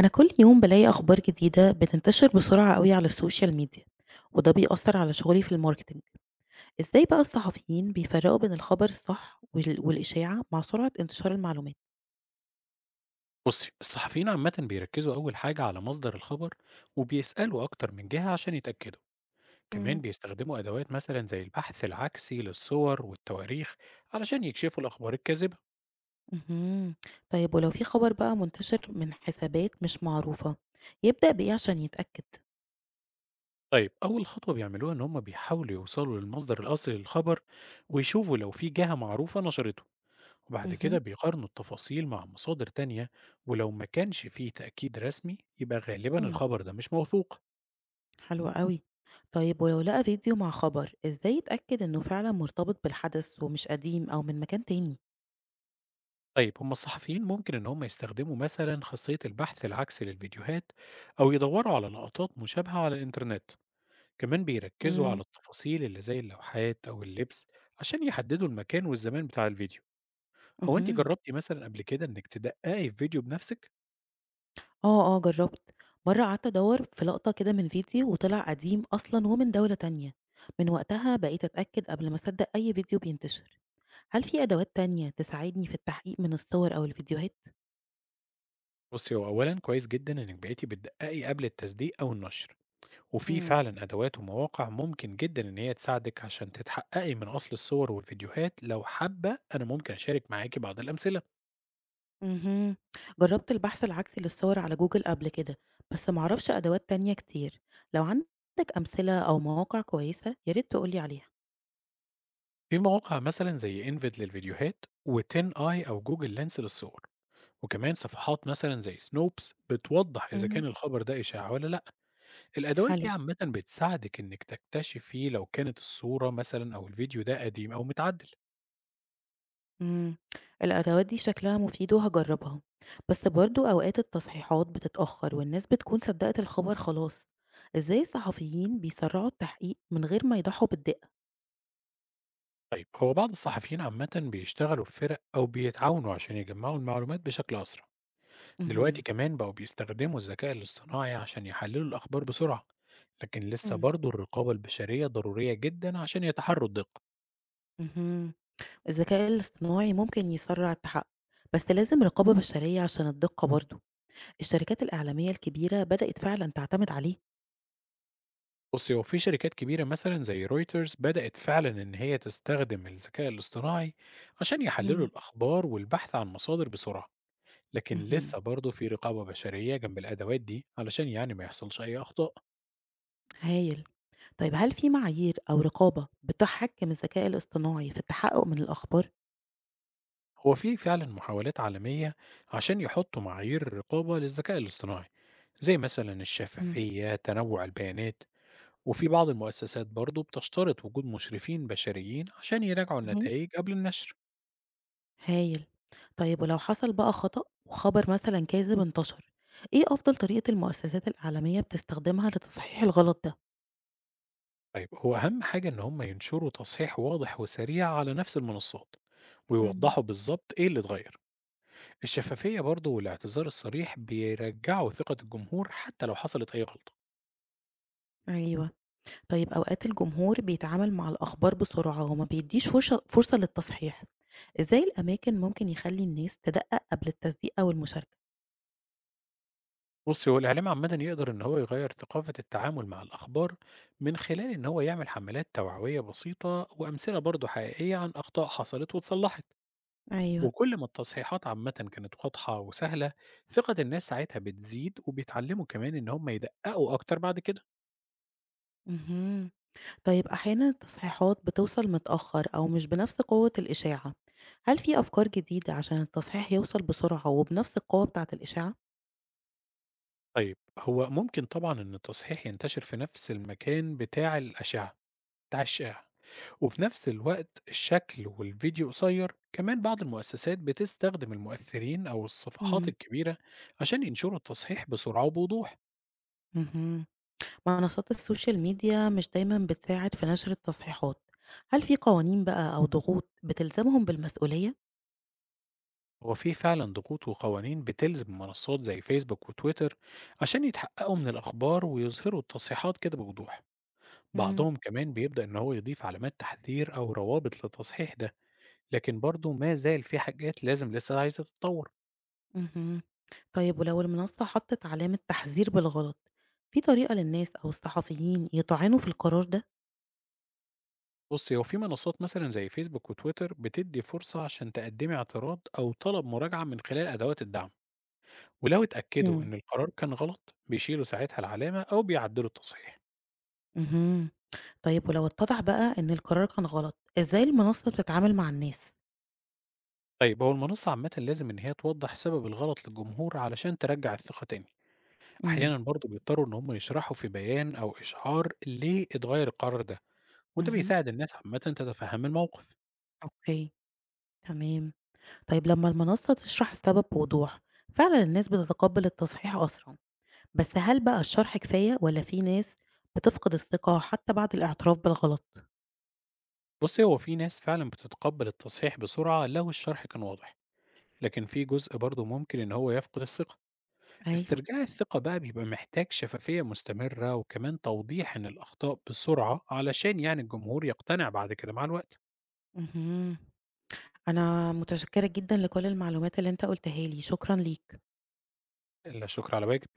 أنا كل يوم بلاقي أخبار جديدة بتنتشر بسرعة قوي على السوشيال ميديا وده بيأثر على شغلي في الماركتينج. إزاي بقى الصحفيين بيفرقوا بين الخبر الصح والإشاعة مع سرعة انتشار المعلومات؟ بصي الصحفيين عامة بيركزوا أول حاجة على مصدر الخبر، وبيسألوا أكتر من جهة عشان يتأكدوا. كمان مم. بيستخدموا أدوات مثلا زي البحث العكسي للصور والتواريخ علشان يكشفوا الأخبار الكاذبة. مهم. طيب ولو في خبر بقى منتشر من حسابات مش معروفة، يبدأ بإيه عشان يتأكد؟ طيب أول خطوة بيعملوها إن هم بيحاولوا يوصلوا للمصدر الأصلي للخبر ويشوفوا لو في جهة معروفة نشرته، وبعد كده مهم. بيقارنوا التفاصيل مع مصادر تانية. ولو ما كانش فيه تأكيد رسمي يبقى غالبا مم. الخبر ده مش موثوق. حلو قوي. طيب ولو لقى فيديو مع خبر، إزاي يتأكد إنه فعلا مرتبط بالحدث ومش قديم أو من مكان تاني؟ طيب هم الصحفيين ممكن إن هم يستخدموا مثلا خاصية البحث العكسي للفيديوهات أو يدوروا على لقطات مشابهة على الإنترنت. كمان بيركزوا على مم. التفاصيل اللي زي اللوحات أو اللبس عشان يحددوا المكان والزمان بتاع الفيديو. هو أنت مهم. جربتي مثلا قبل كده إنك تدققي في فيديو بنفسك؟ آه، آه، جرّبت، مرّة قعدت أدوّر في لقطة كده من فيديو وطلع قديم أصلًا ومن دولة تانية، من وقتها بقيت أتأكد قبل ما أصدّق أي فيديو بينتشر، هل في أدوات تانية تساعدني في التحقيق من الصور أو الفيديوهات؟ بصي هو أولا كويس جدا إنك بقيتي بتدققي قبل التصديق أو النشر، وفي إمم. فعلا أدوات ومواقع ممكن جدا إن هي تساعدك عشان تتحققي من أصل الصور والفيديوهات. لو حابة أنا ممكن أشارك معاكي بعض الأمثلة. اهم، جرّبت البحث العكسي للصور على جوجل قبل كده، بس ما أعرفش أدوات تانية كتير، لو عندك أمثلة أو مواقع كويسة يا ريت تقول لي عليها. في مواقع مثلا زي انفيد للفيديوهات وتين اي او جوجل لينس للصور، وكمان صفحات مثلا زي سنوبس بتوضح اذا كان اهم. الخبر ده اشاعه ولا لا. الادوات دي حلو. عامه بتساعدك انك تكتشفي لو كانت الصوره مثلا او الفيديو ده قديم او متعدل. إمم، الأدوات دي شكلها مفيد وهاجرّبها، بس برضه أوقات التصحيحات بتتأخر والناس بتكون صدّقت الخبر خلاص، إزاي الصحفيين بيسرّعوا التحقيق من غير ما يضحّوا بالدقة؟ طيب هو بعض الصحفيين عامه بيشتغلوا في فرق او بيتعاونوا عشان يجمعوا المعلومات بشكل اسرع. دلوقتي اهم، كمان بقوا بيستخدموا الذكاء الاصطناعي عشان يحللوا الاخبار بسرعه، لكن لسه إمم. برضه الرقابه البشريه ضروريه جدا عشان يتحروا الدقه. اهم، الذكاء الاصطناعي ممكن يسرّع التحقق، بس لازم رقابة بشرية عشان الدقة برضه، الشركات الإعلامية الكبيرة بدأت فعلًا تعتمد عليه. بُصّي، هو في شركات كبيرة مثلًا زي Reuters بدأت فعلًا إن هي تستخدم الذكاء الاصطناعي عشان يحلّلوا إمم، الأخبار والبحث عن مصادر بسرعة، لكن اهم. لسه برضه في رقابة بشرية جنب الأدوات دي علشان يعني ما يحصلش أي أخطاء. هايل، طيب هل في معايير أو رقابة بتحكّم الذكاء الاصطناعي في التحقق من الأخبار؟ هو في فعلًا محاولات عالمية عشان يحطّوا معايير رقابة للذكاء الاصطناعي، زي مثلًا إمم. الشفافية، تنوُع البيانات، وفي بعض المؤسسات برضه بتشترط وجود مشرفين بشريين عشان يراجعوا اهم. النتايج قبل النشر. هايل. طيب ولو حصل بقى خطأ وخبر مثلًا كاذب انتشر، إيه أفضل طريقة المؤسسات الإعلامية بتستخدمها لتصحيح الغلط ده؟ طيب هو أهم حاجة إن هم ينشروا تصحيح واضح وسريع على نفس المنصات إمم. ويوضحوا بالظبط إيه اللي اتغير. الشفافية برضو والاعتذار الصريح بيرجعوا ثقة الجمهور حتى لو حصلت أي غلطة. أيوه. طيب أوقات الجمهور بيتعامل مع الأخبار بسرعة وما بيدّيش فرشة فرصة للتصحيح، إزاي الأماكن ممكن يخلّي الناس تدقق قبل التصديق أو المشاركة؟ بص هو الإعلام عامة يقدر إن هو يغير ثقافة التعامل مع الأخبار من خلال إن هو يعمل حملات توعوية بسيطة وأمثلة برضو حقيقية عن أخطاء حصلت واتصلحت. أيوه. وكل ما التصحيحات عامة كانت واضحة وسهلة، ثقة الناس ساعتها بتزيد وبيتعلموا كمان إن هم يدققوا أكتر بعد كده. اهم. طيب أحيانًا التصحيحات بتوصل متأخر أو مش بنفس قوة الإشاعة، هل في أفكار جديدة عشان التصحيح يوصل بسرعة وبنفس القوة بتاعة الإشاعة؟ طيب هو ممكن طبعًا إن التصحيح ينتشر في نفس المكان بتاع الأشعة بتاع الشائع، وفي نفس الوقت الشكل والفيديو قصير، كمان بعض المؤسسات بتستخدم المؤثرين أو الصفحات إمم. الكبيرة عشان ينشروا التصحيح بسرعة وبوضوح. اهم. منصات السوشيال ميديا مش دايمًا بتساعد في نشر التصحيحات، هل في قوانين بقى أو ضغوط بتلزمهم بالمسؤولية؟ هو في فعلًا ضغوط وقوانين بتلزم منصات زي فيسبوك وتويتر عشان يتحققوا من الأخبار ويظهروا التصحيحات كده بوضوح، مم. بعضهم كمان بيبدأ إن هو يضيف علامات تحذير أو روابط للتصحيح ده. لكن برضه ما زال في حاجات لازم لسه عايزة تتطور. اهم. طيب ولو المنصة حطت علامة تحذير بالغلط، في طريقة للناس أو الصحفيين يطعنوا في القرار ده؟ بُصّي، هو في منصات مثلًا زي فيسبوك وتويتر بتدّي فرصة عشان تقدّمي اعتراض أو طلب مراجعة من خلال أدوات الدعم، ولو اتأكدوا مم. إن القرار كان غلط، بيشيلوا ساعتها العلامة أو بيعدّلوا التصحيح. اهم. طيب ولو اتضح بقى إن القرار كان غلط، إزاي المنصة بتتعامل مع الناس؟ طيب هو المنصة عامةً لازم إن هي توضّح سبب الغلط للجمهور علشان ترجّع الثقة تاني. مم. أحيانًا برضه بيضطروا إن هم يشرحوا في بيان أو إشعار ليه اتغيّر القرار ده، وده مهم. بيساعد الناس عامةً تتفهّم الموقف. أوكي، تمام. طيب لما المنصة تشرح السبب بوضوح، فعلًا الناس بتتقبل التصحيح أسرع. بس هل بقى الشرح كفاية والّا في ناس بتفقد الثقة حتى بعد الاعتراف بالغلط؟ بصي هو في ناس فعلا بتتقبل التصحيح بسرعة لو الشرح كان واضح، لكن في جزء برضه ممكن إن هو يفقد الثقة. أيوه، استرجاع الثقة بقى بيبقى محتاج شفافية مستمرة وكمان توضيح إن الأخطاء بسرعة علشان يعني الجمهور يقتنع بعد كده مع الوقت. اهم. اهم. أنا متشكرة جدًا لكل المعلومات اللي أنت قُلتها لي، شكرًا ليك. إلا شكر على واجب.